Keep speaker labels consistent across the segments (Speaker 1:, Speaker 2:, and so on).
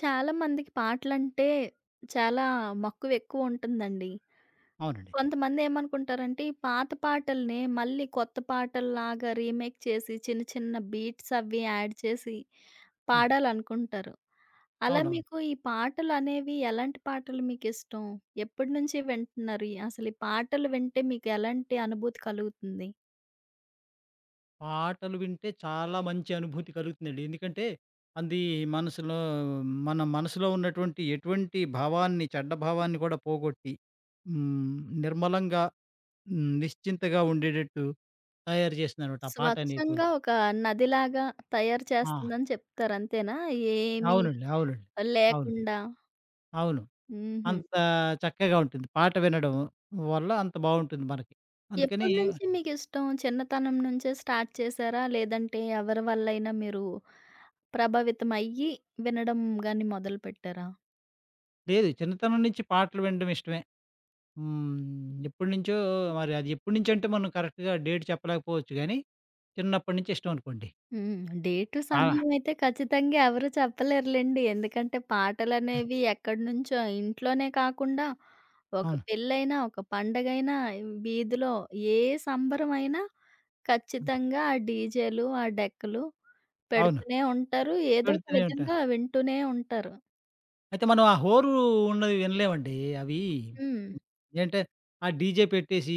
Speaker 1: చాలా మందికి పాటలంటే చాలా మక్కువెక్కువుంటుందండి.
Speaker 2: అవునండి.
Speaker 1: కొంతమందేమనుకుంటారంటే, ఈ పాత పాటల్నే మళ్ళీ కొత్త పాటల్లాగా రీమేక్ చేసి, చిన్న చిన్న బీట్స్ అవి యాడ్ చేసి
Speaker 2: హ్మ్.
Speaker 1: పాడాలనుకుంటారు. అలా
Speaker 2: అవునవును.
Speaker 1: మీకు ఈ పాటలనేవి ఎలాంటి పాటలు మీకిష్టం? ఎప్పటినుంచి వింటున్నారు? అసలు ఈ పాటలు వింటే మీకు ఎలాంటి అనుభూతి కలుగుతుంది?
Speaker 2: పాటలు వింటే చాలా మంచి అనుభూతి కలుగుతుందండి. ఎందుకంటే అది మనసులో మన మనసులో ఉన్నటువంటి ఎటువంటి భావాన్ని, చెడ్డ భావాన్ని కూడా పోగొట్టి హ్మ్. నిర్మలంగా నిశ్చింతగా ఉండేటట్టు తయారు చేస్తుందనమాట ఆ పాట అనేటువంటిది.
Speaker 1: స్వచ్ఛంగా ఒక నదిలాగా తయారు
Speaker 2: ఆ!
Speaker 1: చేస్తుందని చెప్తారు అంతేనా? ఏమీ
Speaker 2: అవునండి. అవునండి. అవును.
Speaker 1: లేకుండా?
Speaker 2: అవును.
Speaker 1: హుహు.
Speaker 2: అంత చక్కగా ఉంటుంది. పాట వినడం వల్ల అంత బావుంటుంది మనకి. అందుకని
Speaker 1: ఎప్పటి నుంచి మీకిష్టం? చిన్నతనం నుంచే స్టార్ట్ చేశారా? లేదంటే ఎవరి వల్లైనా మీరు ప్రభావితమయ్యి వినడం గాని మొదలుపెట్టారా?
Speaker 2: లేదు చిన్నతనం నుంచి పాటలు వినడం ఇష్టమే. హ్మ్. ఎప్పటినుంచో మరి అది ఎప్పటినుంచో అంటే మనం కరెక్ట్‌గా డేట్ చెప్పలేకపోవచ్చు గానీ, చిన్నప్పటి నుంచి ఇష్టం అనుకోండి.
Speaker 1: హ్మ్. డేటు,
Speaker 2: ఆ!
Speaker 1: సమయం అయితే ఖచ్చితంగా ఎవరు చెప్పలేరులెండి. ఎందుకంటే
Speaker 2: ఆ!
Speaker 1: పాటలనేవి ఎక్కడినుంచో ఇంట్లోనే కాకుండా ఒక
Speaker 2: అవును.
Speaker 1: పెళ్ళైనా, ఒక పండగైనా, వీధిలో ఏ సంబరమైనా ఖచ్చితంగా ఆ డీజేలు, ఆ డెక్కలు
Speaker 2: అవును.
Speaker 1: పెడుతూనే ఉంటారు. ఏదో ఒక
Speaker 2: పెడుతూనే ఉంటాను.
Speaker 1: విధంగా వింటూనే ఉంటారు.
Speaker 2: అయితే మనం ఆ హోరు ఉన్నవి వినలేమండి. అవి
Speaker 1: హ్మ్.
Speaker 2: ఏంటే ఆ డీజే పెట్టేసి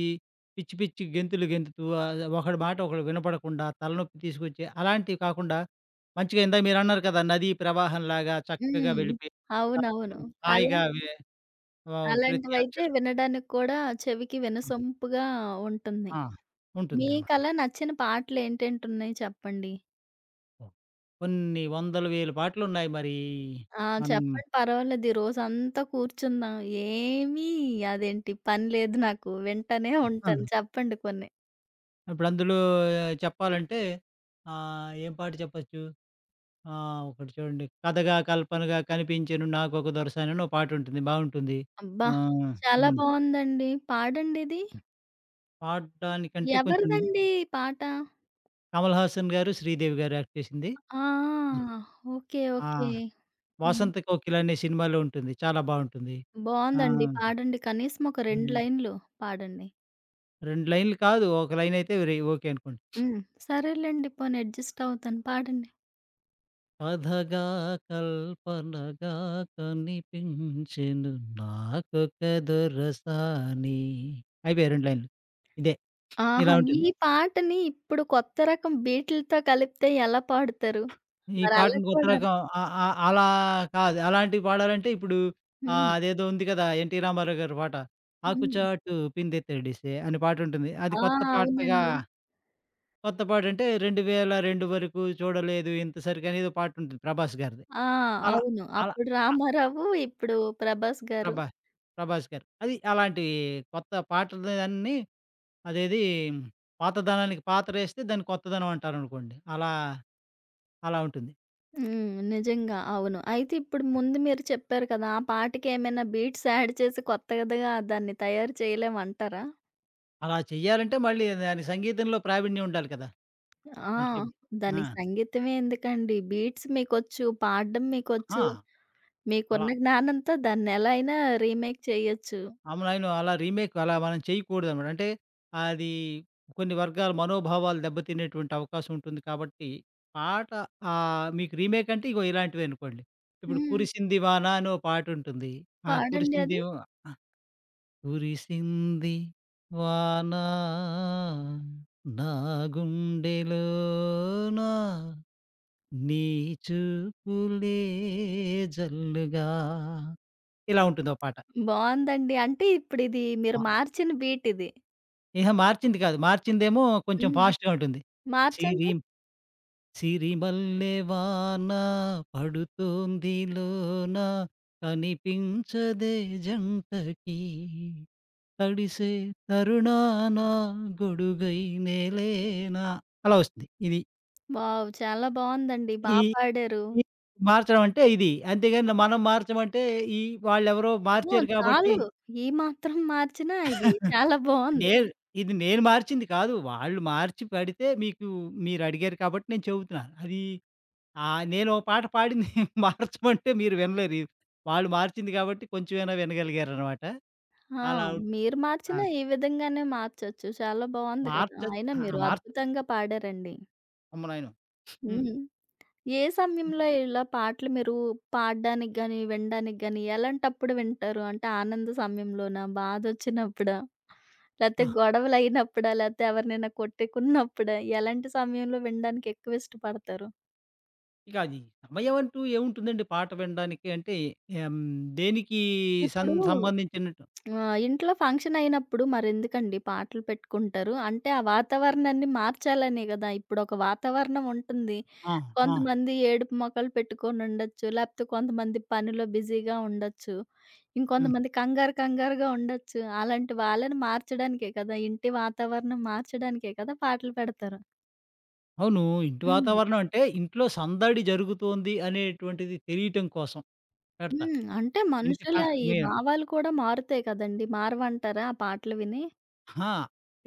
Speaker 2: పిచ్చి, పిచ్చి గెంతులు గెంతుతూ ఒకడి మాట ఒకడు వినపడకుండా తలనొప్పి తీసుకొచ్చే అలాంటివి కాకుండా మంచిగా ఇందాక మీరన్నారు కదా! నదీ ప్రవాహంలాగా చక్కగా
Speaker 1: హ్మ్.
Speaker 2: వెళ్ళిపోయి
Speaker 1: అవునవును. అలా
Speaker 2: హాయిగా ప్రతి
Speaker 1: అలాంటివైతే
Speaker 2: అక్షరం
Speaker 1: వినడానికి కూడా చెవికి వినసొంపుగా ఉంటుంది.
Speaker 2: ఆ! ఉంటుంది.
Speaker 1: మీకలా నచ్చిన పాటలేంటేంటున్నాయి చెప్పండి?
Speaker 2: ఓహ్! కొన్ని వందల, వేల పాటలున్నాయి మరి
Speaker 1: ఆ!
Speaker 2: మనం
Speaker 1: చెప్పండి పర్వాలేదు. ఈ రోజంతా కూర్చుందాం. ఏమీ అదేంటి పని లేదు నాకు. వింటనే
Speaker 2: ఆ!
Speaker 1: ఉంటాను. చెప్పండి కొన్ని.
Speaker 2: ఇప్పుడు అందులో చెప్పాలంటే ఏం పాట చెప్పొచ్చు? ఒకటి చూడండి 'కథగా కల్పనగా కనిపించెను నాకొక దొరసాని' అని ఒక పాటుంటుంది బావుంటుంది.
Speaker 1: అబ్బా!
Speaker 2: ఆహ్,
Speaker 1: చాలా
Speaker 2: హ్మ్.
Speaker 1: బావుందండి. పాడండి ఇది.
Speaker 2: పాడడానికంటే కొంచెం
Speaker 1: ఎవరిదండి ఈ పాట?
Speaker 2: కమల్ హాసన్ గారు, శ్రీదేవి గారు యాక్ట్ చేసింది. హ్మ్.
Speaker 1: ఆ! ఓకే.
Speaker 2: ఆ!
Speaker 1: ఓకే. హ్మ్.
Speaker 2: 'వాసంత కోకిల' అనే సినిమాలో ఉంటుంది. చాలా బావుంటుంది. ఆ!
Speaker 1: బావుందండి. పాడండి. కనీసం ఒక 2
Speaker 2: హ్మ్.
Speaker 1: లైన్లు పాడండి.
Speaker 2: 2 లైన్‌లు కాదు. ఒక లైనయితే ఓకే అనుకోండి.
Speaker 1: హ్మ్. సరేలెండి పోనీ అడ్జస్ట్ అవుతాను. పాడండి.
Speaker 2: కథగా కల్పనగా కనిపించెను నాకొక దొరసాని. అయిపోయాయి 2 లైన్‌లు. ఇదే.
Speaker 1: ఆహా!
Speaker 2: ఇలా
Speaker 1: ఈ
Speaker 2: ఉంటుంది.
Speaker 1: పాటని ఇప్పుడు కొత్త రకం బీట్‌లతో కలిపితే ఎలా పాడుతారు?
Speaker 2: ఈ
Speaker 1: మరలా
Speaker 2: పాటని కొత్త
Speaker 1: కూడా
Speaker 2: రకం అ అ అలా కాదు. అలాంటివి పాడాలంటే ఇప్పుడు
Speaker 1: హ్మ్.
Speaker 2: అదేదో ఉంది కదా! 'ఎన్టీ రామారావు' గారి పాట.
Speaker 1: హ్మ్.
Speaker 2: ఆకుచాటు పిందె తడిసె అనే పాటుంటుంది. అది
Speaker 1: ఆ!
Speaker 2: కొత్త పాటగా
Speaker 1: అవునండి.
Speaker 2: కొత్త పాటంటే 2002 వరకు చూడలేదు ఇంత సరికని ఏదో పాటుంటుంది 'ప్రభాస్' గారిది.
Speaker 1: ఆ!
Speaker 2: అలా
Speaker 1: అవును.
Speaker 2: అలా
Speaker 1: అప్పుడు రామారావు, ఇప్పుడు ప్రభాస్ గారు.
Speaker 2: ప్రభా 'ప్రభాస్' గారు. అది అలాంటి కొత్త పాటలన్నీ అదేది పాతదనానికి పాతరేస్తే దాన్ని కొత్తదనం అంటారనుకోండి. అలా, అలా ఉంటుంది.
Speaker 1: హ్మ్. నిజంగా. అవును. అయితే ఇప్పుడు ముందు మీరు చెప్పారు కదా! ఆ పాటకి ఏమైనా బీట్స్ యాడ్ చేసి కొత్తగా దాన్ని తయారు చేయలేమంటారా?
Speaker 2: అలా చేయాలంటే మళ్ళీ దాని సంగీతంలో ప్రావీణ్యం ఉండాలి కదా!
Speaker 1: ఆ!
Speaker 2: అంటే ఆ!
Speaker 1: దానికి సంగీతమే ఎందుకండి. బీట్స్ మీకొచ్చు, పాడడం
Speaker 2: ఆ!
Speaker 1: మీకొచ్చు.
Speaker 2: అలా
Speaker 1: మీకున్న జ్ఞానంతో దాన్నెలా అయినా రీమేక్ చేయొచ్చు.
Speaker 2: అవునవును. అలా రీమేక్ అలా మనం చేయకూడదనమాట. అంటే అది కొన్ని వర్గాల మనోభావాలు దెబ్బతినేటువంటి అవకాశం ఉంటుంది కాబట్టి పాట మీకు రీమేక్ అంటే ఇగో ఇలాంటివే అనుకోండి. ఇప్పుడు
Speaker 1: హ్మ్.
Speaker 2: 'కురిసింది వాన' అని ఓ పాటుంటుంది. ఆ
Speaker 1: పాడండి
Speaker 2: 'కురిసింది
Speaker 1: అది.
Speaker 2: వ' కురిసింది వాన నా గుండెలోన నీ చూపులే జల్లుగా ఇలా ఉంటుంది ఓ పాట.
Speaker 1: బావుందండి. అంటే ఇప్పుడిది మీరు
Speaker 2: మా
Speaker 1: మార్చిన బీట్ ఇది.
Speaker 2: ఇహ మార్చింది కాదు. మార్చిందేమో కొంచెం
Speaker 1: హ్మ్.
Speaker 2: ఫాస్ట్‌గా ఉంటుంది. సిరి
Speaker 1: మార్చండి.
Speaker 2: సిరిమల్లె వాన పడుతోంది లోన కనిపించదే జంటకి తడిసే తరుణాన గొడుగై నేలేనా అలా వస్తుంది. ఇది.
Speaker 1: వావ్! చాలా బావుందండి. బా
Speaker 2: ఈ
Speaker 1: పాడారు.
Speaker 2: ఈ మార్చడం అంటే ఇది. అంతేగాని మనం మార్చమంటే ఈ వాళ్ళెవరో
Speaker 1: ఆ!
Speaker 2: మార్చారు కాబట్టి
Speaker 1: చాలు. ఈ మాత్రం మార్చినా ఇది చాలా బావుంది.
Speaker 2: నేను ఇది నేను మార్చింది కాదు. వాళ్ళు మార్చి పడితే మీరడిగారు కాబట్టి నేను చెబుతున్నాను. నేను ఓ పాట పాడింది మార్చమంటే మీరు వినలేరు. ఇది వాళ్ళు మార్చింది కాబట్టి కొంచెమైనా వినగలిగారనమాట.
Speaker 1: ఆ!
Speaker 2: అలా ఉ
Speaker 1: మీరు
Speaker 2: ఆ!
Speaker 1: మార్చినా ఈ విధంగానే మార్చొచ్చు. చాలా బావుంది కదా!
Speaker 2: మార్చ
Speaker 1: అయినా
Speaker 2: ఆ!
Speaker 1: మీరు
Speaker 2: మార్చ
Speaker 1: అద్భుతంగా పాడారండి.
Speaker 2: అమ్మనాయనో! హ్మ్.
Speaker 1: హ్మ్. ఏ సమయంలో ఇలా పాటలు మీరు పాడడానికి గాని, వినడానికి గాని ఎలాంటప్పుడు వింటారు? అంటే ఆనంద సమయంలోనా? బాధొచ్చినప్పుడా?
Speaker 2: ఆ!
Speaker 1: లేతే గొడవలయినప్పుడా? లేతే ఎవరినైనా కొట్టుకున్నప్పుడా? ఎలాంటి సమయంలో వినడానికి ఎక్కువ ఇష్టపడతారు?
Speaker 2: ఇక అది సమయం అంటూ ఏముంటుందండి పాట వినడానికి అంటే ఎం దేనికి సం
Speaker 1: ఇప్పుడు
Speaker 2: సంబంధించినట్టు
Speaker 1: ఆ! ఇంట్లో ఫంక్షన్ అయినప్పుడు మరెందుకండి పాటలు పెట్టుకుంటారు. అంటే ఆ వాతావరణాన్ని మార్చాలనే గదా! ఇప్పుడొక వాతావరణం ఉంటుంది.
Speaker 2: ఆ! ఆ!
Speaker 1: కొంతమంది ఏడుపు మొఖాలు పెట్టుకొనుండొచ్చు. లేపోతే కొంతమంది పనిలో బిజీగా ఉండొచ్చు.
Speaker 2: హ్మ్.
Speaker 1: ఇంకొంతమంది కంగారు కంగారుగా ఉండొచ్చు. అలాంటి వాళ్ళని మార్చడానికే కదా! ఇంటి వాతావరణం మార్చడానికే కదా! పాటలు పెడతారు.
Speaker 2: అవును. ఇంటి
Speaker 1: హ్మ్.
Speaker 2: వాతావరణం అంటే ఇంట్లో సందడి జరుగుతోంది అనేటువంటిది తెలియటం కోసం పెడతారు.
Speaker 1: హ్మ్. అంటే
Speaker 2: ఇంటి ప
Speaker 1: మనుషుల ఈ
Speaker 2: మీరు
Speaker 1: భావాలు కూడా మారుతాయి కదండీ! మారవంటారా ఆ పాటలు విని?
Speaker 2: ఆ!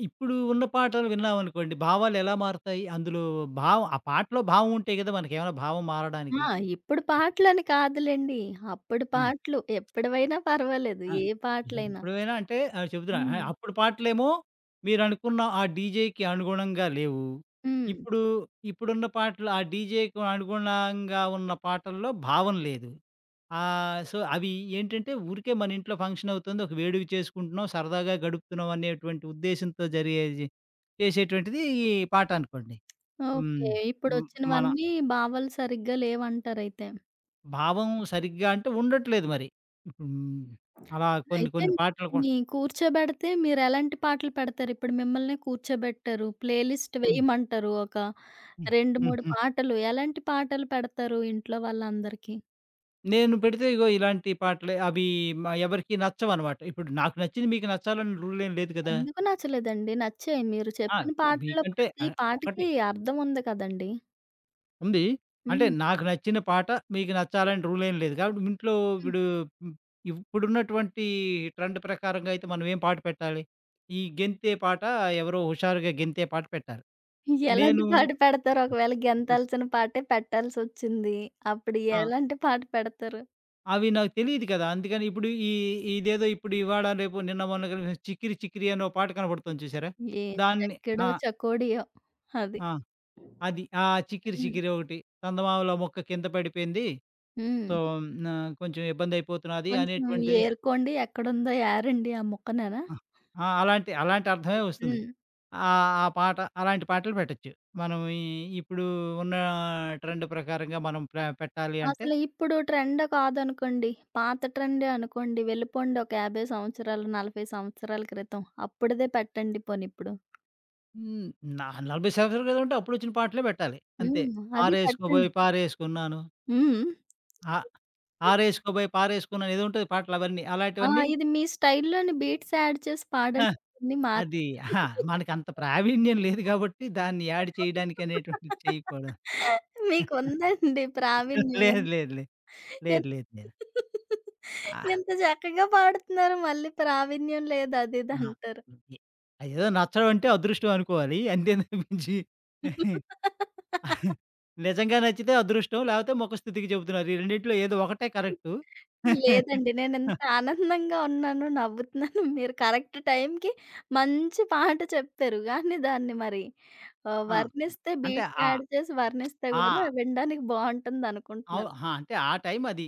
Speaker 2: ఇప్పుడు ఉన్న పాటలు విన్నామనుకోండి భావాలు ఎలా మారుతాయి? అందులో భావం ఆ పాటలో భావం ఉంటే కదా! మనకేమైనా భావం మారడానికి.
Speaker 1: ఆ! ఇప్పుడు పాటలని కాదులెండి. అప్పుడు
Speaker 2: ఆ!
Speaker 1: పాటలు ఎప్పటివైనా పర్వాలేదు.
Speaker 2: ఆ!
Speaker 1: ఏ హ్మ్. పాటలైనా.
Speaker 2: ఎప్పుడు పోయినా అంటే చెప్తున్నా.
Speaker 1: హ్మ్.
Speaker 2: అప్పుడు పాటలేమో మీరనుకున్న ఆ డీజేకి అనుగుణంగా లేవు.
Speaker 1: హ్మ్.
Speaker 2: ఇప్పుడు ఇప్పుడున్న పాటలు ఆ డీజేకి అనుగుణంగా ఉన్న పాటల్లో భావం లేదు. సో, అవి ఏంటంటే ఊరికే మన ఇంట్లో ఫంక్షన్ అవుతుంది. ఒక వేడుక చేసుకుంటున్నాం. సరదాగా గడుపుతున్నాం అనేటువంటి ఉద్దేశంతో జరిగేది ఈ పాట అనుకోండి. హ్మ్.
Speaker 1: ఓకే.
Speaker 2: హ్మ్. మన
Speaker 1: ఇప్పుడొచ్చినవన్నీ భావాలు సరిగ్గా లేవంటారయితే.
Speaker 2: భావం సరిగ్గా అంటే ఉండట్లేదు మరి. ఇప్పుడు హ్మ్. అలా కొన్ని
Speaker 1: అయితే
Speaker 2: కొన్ని పాటలు కూడా
Speaker 1: మీ కూర్చోబెడితే మీరెలాంటి పాటలు పెడతారు? ఇప్పుడు మిమ్మల్ని కూర్చోబెట్టారు. ప్లే లిస్ట్
Speaker 2: హ్మ్.
Speaker 1: వేయమంటారు. ఒక
Speaker 2: హ్మ్.
Speaker 1: 2,
Speaker 2: హ్మ్.
Speaker 1: 3
Speaker 2: హ్మ్.
Speaker 1: పాటలు. ఎలాంటి పాటలు పెడతారు ఇంట్లో వాళ్ళందరికీ?
Speaker 2: నేను పెడితే ఇగో ఇలాంటి పాటలే అవి ఎవరికీ నచ్చవనమాట. ఇప్పుడు నాకు నచ్చింది మీకు నచ్చాలని రూల్ ఏం లేదు కదా!
Speaker 1: ఎందుకు నచ్చలేదండి? నచ్చాయి. మీరు
Speaker 2: ఆ!
Speaker 1: చెప్పిన పాటల్లో
Speaker 2: మీకంటే
Speaker 1: ప్రతి
Speaker 2: ఒకటి
Speaker 1: పాటకి అర్థం ఉంది కదండీ!
Speaker 2: ఉంది. అంటే
Speaker 1: హ్మ్.
Speaker 2: నాకు నచ్చిన పాట మీకు నచ్చాలని రూల్ ఏం లేదు. కాబట్టి
Speaker 1: హ్మ్.
Speaker 2: ఇప్పుడు హ్మ్, ఇప్పుడున్నటువంటి ట్రెండ్ ప్రకారంగా అయితే మనం ఏం పాట పెట్టాలి? ఈ గెంతే పాట ఎవరో హుషారుగా గెంతే పాట పెట్టాలి.
Speaker 1: ఎలాంటి
Speaker 2: నేను
Speaker 1: పాట పెడతారు? ఒకవేళ గెంతాల్సిన పాటే పెట్టాల్సొచ్చింది. అప్పుడు
Speaker 2: ఆ!
Speaker 1: ఎలాంటి పాట పెడతారు?
Speaker 2: అవి నాకు తెలీదు కదా! అందుకని ఇప్పుడు ఈ ఇదేదో ఇప్పుడు ఇవాళ, రేపు, నిన్న, మొన్న కలిపి చిక్కిరి చిక్కిరి అనే ఓ పాట కనపడుతుంది చూసారా?
Speaker 1: ఏ
Speaker 2: దాన్ని
Speaker 1: చెక్కడో
Speaker 2: ఆ!
Speaker 1: చకోడియో అది.
Speaker 2: ఆ! అది. ఆ చికిరి
Speaker 1: హ్మ్.
Speaker 2: చికిరి ఒకటి. చందమామలో మొక్క కింద పడిపోయింది.
Speaker 1: హ్మ్.
Speaker 2: సో, నా కొంచెం ఇబ్బందయిపోతున్నది
Speaker 1: కొంచెం
Speaker 2: అనేటువంటిది
Speaker 1: ఏరుకోండి ఎక్కడుందో ఏరండి ఆ ముక్కనేనా?
Speaker 2: ఆహ్, ఆ! అలాంటి అలాంటి అర్థమే వస్తుంది.
Speaker 1: హ్మ్.
Speaker 2: ఆ పాట అలాంటి పాటలు పెట్టొచ్చు. మనం ఇప్పుడు ఉన్న ట్రెండ్ ప్రకారంగా మనం పెట్టాలి అంటే
Speaker 1: అసలు ఇప్పుడు ట్రెండ్ కాదనుకోండి. పాత ట్రెండే అనుకోండి. వెళ్ళిపోండి ఒక 50 సంవత్సరాలు, 40 సంవత్సరాల క్రితం. అప్పుడిదే పెట్టండి పోనీ ఇప్పుడు.
Speaker 2: హ్మ్. 40 సంవత్సరాల క్రితం అంటే అప్పుడొచ్చిన పాటలే పెట్టాలి. అంతే.
Speaker 1: హ్మ్. అది పెట్టండి.
Speaker 2: ఆరేసుకోబోయి పారేసుకున్నాను.
Speaker 1: హ్మ్.
Speaker 2: ఆ ఆరేసుకోబోయి పారేసుకున్నాను ఏదో ఉంటది పాటలు అవన్నీ.
Speaker 1: ఆ!
Speaker 2: అలాంటివన్నీ
Speaker 1: ఇది మీ స్టైల్‌లోని బీట్స్ యాడ్ చేసి పాడండి అన్ని మార్చి.
Speaker 2: అది అహా! మనకంత ప్రావీణ్యం లేదు గాబట్టి, దాన్ని యాడ్ చేయడానికి అనేటువంటిది చేయకూడదు.
Speaker 1: మీకుందండి ప్రావీణ్యం.
Speaker 2: లేదు. లేదు. లేదు. లేదు.
Speaker 1: ఎన్
Speaker 2: లేదు. లేదు. ఆహ్,
Speaker 1: ఎంత చక్కగా పాడుతున్నారు మళ్ళీ ప్రావీణ్యం లేదు అది ఇది
Speaker 2: ఆ!
Speaker 1: అంటారు.
Speaker 2: ఎ అదేదో నచ్చడం అంటే అదృష్టం అనుకోవాలి. అంతే తప్పించి నిజంగా నచ్చితే అదృష్టం. లేపోతే ముఖస్తుతికి చెబుతున్నారు. ఈ రెండిట్లో ఏదో ఒకటే కరెక్టు. ఆ!
Speaker 1: లేదండి. నేనింత ఆనందంగా ఉన్నాను, నవ్వుతున్నాను. మీరు కరెక్ట్ టైంకి మంచి పాట చెప్పారు. కానీ దాన్ని మరి వర్ణిస్తే
Speaker 2: అంటే
Speaker 1: బీట్స్
Speaker 2: ఆ!
Speaker 1: యాడ్ చేసి వర్ణిస్తే గూడా
Speaker 2: ఆ!
Speaker 1: వినడానికి
Speaker 2: అవ్
Speaker 1: బావుంటుందనుకుంటున్నాను.
Speaker 2: అహా! అంటే ఆ టైం అది.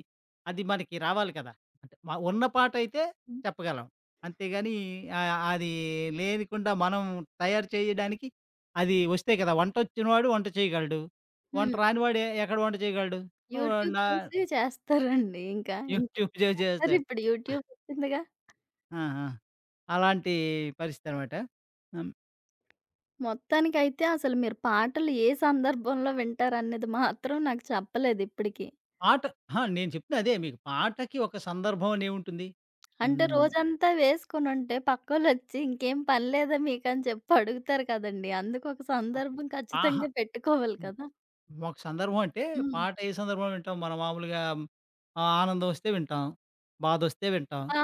Speaker 2: అది మనకి రావాలి కదా! అంటే ఉన్న పాటయితే
Speaker 1: హ్మ్.
Speaker 2: చెప్పగలం. అంతేగాని అది లేనికుండా మనం తయారు చేయడానికి అది వస్తే కదా! వంటొచ్చినవాడు వంట చేయగలడు. వంట
Speaker 1: హ్మ్.
Speaker 2: రానివాడు ఎక్కడ వంట చేయగలడు? ఆహ్,
Speaker 1: యూట్యూబ్
Speaker 2: నా
Speaker 1: చూసి చేస్తారండి ఇంకా. ఇంకేం
Speaker 2: యూట్యూబ్ చేస్తాడు.
Speaker 1: చేస్తారిప్పుడు యూట్యూబ్ వచ్చిందిగా.
Speaker 2: ఆ! ఆ! అలాంటి పరిస్థితనమాట. హ్మ్.
Speaker 1: మొత్తానికైతే అసలు మీరు పాటలు ఏ సందర్భంలో వింటారనేది మాత్రం నాకు చెప్పలేదు ఇప్పటికి.
Speaker 2: పాట అహా! నేను చెప్తుంది అదే మీకు. పాటకి ఒక సందర్భం అనేవుంటుంది.
Speaker 1: అంటే
Speaker 2: హ్మ్.
Speaker 1: రోజంతా వేసుకొనుంటే పక్కోళ్ళొచ్చి ఇంకేం పని లేదా మీకని చెప్పి అడుగుతారు కదండీ! అందుకొక
Speaker 2: ఆహ్,
Speaker 1: సందర్భం
Speaker 2: ఆహా!
Speaker 1: ఖచ్చితంగా పెట్టుకోవాలి కదా!
Speaker 2: మాకు సందర్భం అంటే,
Speaker 1: హ్మ్.
Speaker 2: పాట ఏ సందర్భంలో వింటాం. మనం మామూలుగా ఆ! ఆనందం వస్తే వింటాం. బాధొస్తే వింటాం.
Speaker 1: ఆ!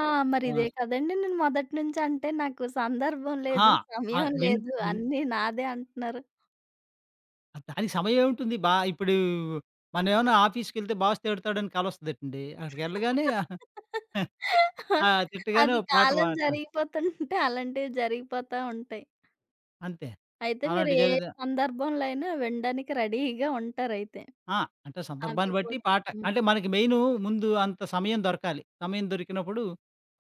Speaker 2: ఆ!
Speaker 1: మరిదే కదండీ నేను మొదటి నుంచి అంటే నాకు సందర్భం లేదు,
Speaker 2: ఆ! ఆ!
Speaker 1: సమయం
Speaker 2: విన్
Speaker 1: లేదు
Speaker 2: విన్
Speaker 1: అన్నీ నాదే అంటున్నారు.
Speaker 2: దానికి సమయం ఏముంటుంది. ఇప్పుడు మనమేమన్నా ఆఫీస్‌కెళ్తే బాస్ తిడతాడని కలొస్తదటండి. అక్కడికెళ్ళగానే ఆ! తిట్టగానే
Speaker 1: అది
Speaker 2: ఓ పాట
Speaker 1: కాలం
Speaker 2: పాడటం.
Speaker 1: జరిగిపోతుంటే అలాంటివి జరిగిపోతా ఉంటాయి.
Speaker 2: అంతే.
Speaker 1: అయితే మీరు
Speaker 2: అలాంటివి
Speaker 1: ఏ
Speaker 2: జరుగుతాయి.
Speaker 1: సందర్భంలో అయినా వినడానికి రెడీగా ఉంటారైతే.
Speaker 2: ఆ! అంటే
Speaker 1: అవి
Speaker 2: సందర్భాన్ని బట్టి
Speaker 1: కూడా
Speaker 2: పాట
Speaker 1: హ్మ్.
Speaker 2: అంటే మనకి మెయిను ముందు అంత సమయం దొరకాలి. సమయం దొరికినప్పుడు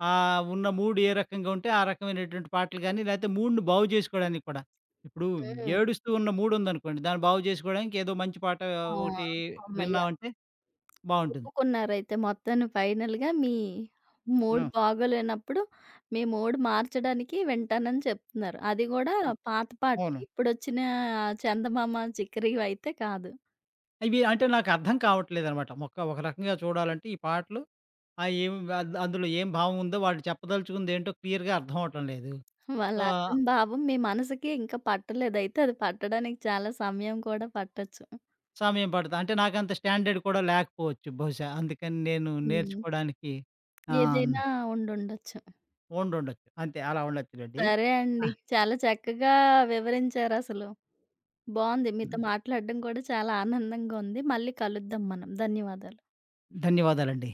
Speaker 2: ఉన్న మూడ్ ఏ రకంగా ఉంటే ఆ రకమైనటువంటి పాటలు గానీ, లేతే మూడ్‌ని బాగు జేసుకోడానికి కూడా. ఇప్పుడు
Speaker 1: హ్మ్.
Speaker 2: ఏడుస్తూ ఉన్న మూడుందనుకోండి, దాన్ని బాగు జేసుకోవడానికి ఏదో మంచి పాట
Speaker 1: ఆ!
Speaker 2: ఒకటి
Speaker 1: హమ్మయ్య!
Speaker 2: విన్నామంటే బావుంటుంది.
Speaker 1: ఒప్పుకున్నారైతే మొత్తాన్ని ఫైనల్‌గా మీ మూడ్
Speaker 2: హ్మ్.
Speaker 1: బాగోలేనప్పుడు మీ మూడ్ మార్చడానికి వింటానని చెప్తున్నారు. అది గూడా
Speaker 2: ఆ!
Speaker 1: పాత పాటలు.
Speaker 2: అవును.
Speaker 1: ఇప్పుడొచ్చిన 'చందమామ చిక్కిరి' ఇవైతే కాదు.
Speaker 2: ఇవి అంటే నాకర్థం కావట్లేదనమాట. ఒక ఒక రకంగా చూడాలంటే ఈ పాటలు ఆ ఏం అద్ అందులో ఏం భావం ఉందో వాళ్ళు చెప్పదలుచుకుందేంటో క్లియర్‌గా అర్థం అవ్వటం లేదు.
Speaker 1: వాళ్ళ
Speaker 2: సో
Speaker 1: అర్థం, భావం మీ మనసుకి ఇంకా పట్టలేదయితే. అది పట్టడానికి చాలా సమయం కూడా పట్టొచ్చు.
Speaker 2: సమయం పడతది. అంటే నాకంత స్టాండర్డ్ కూడా లేకపోవచ్చు బహుశా. అందుకని నేను
Speaker 1: హ్మ్.
Speaker 2: నేర్చుకోడానికి ఆహ్,
Speaker 1: ఏదైనా ఉండుండొచ్చు.
Speaker 2: ఉండుండొచ్చు. అంతే అలా ఉండొచ్చులెండి.
Speaker 1: సరే
Speaker 2: ఆ!
Speaker 1: అండి. చాలా చక్కగా వివరించారసలు. బావుంది. మీతో మాట్లాడడం కూడా చాలా ఆనందంగా ఉంది. మళ్ళీ కలుద్దాం మనం. ధన్యవాదాలు.
Speaker 2: ధన్యవాదాలండి.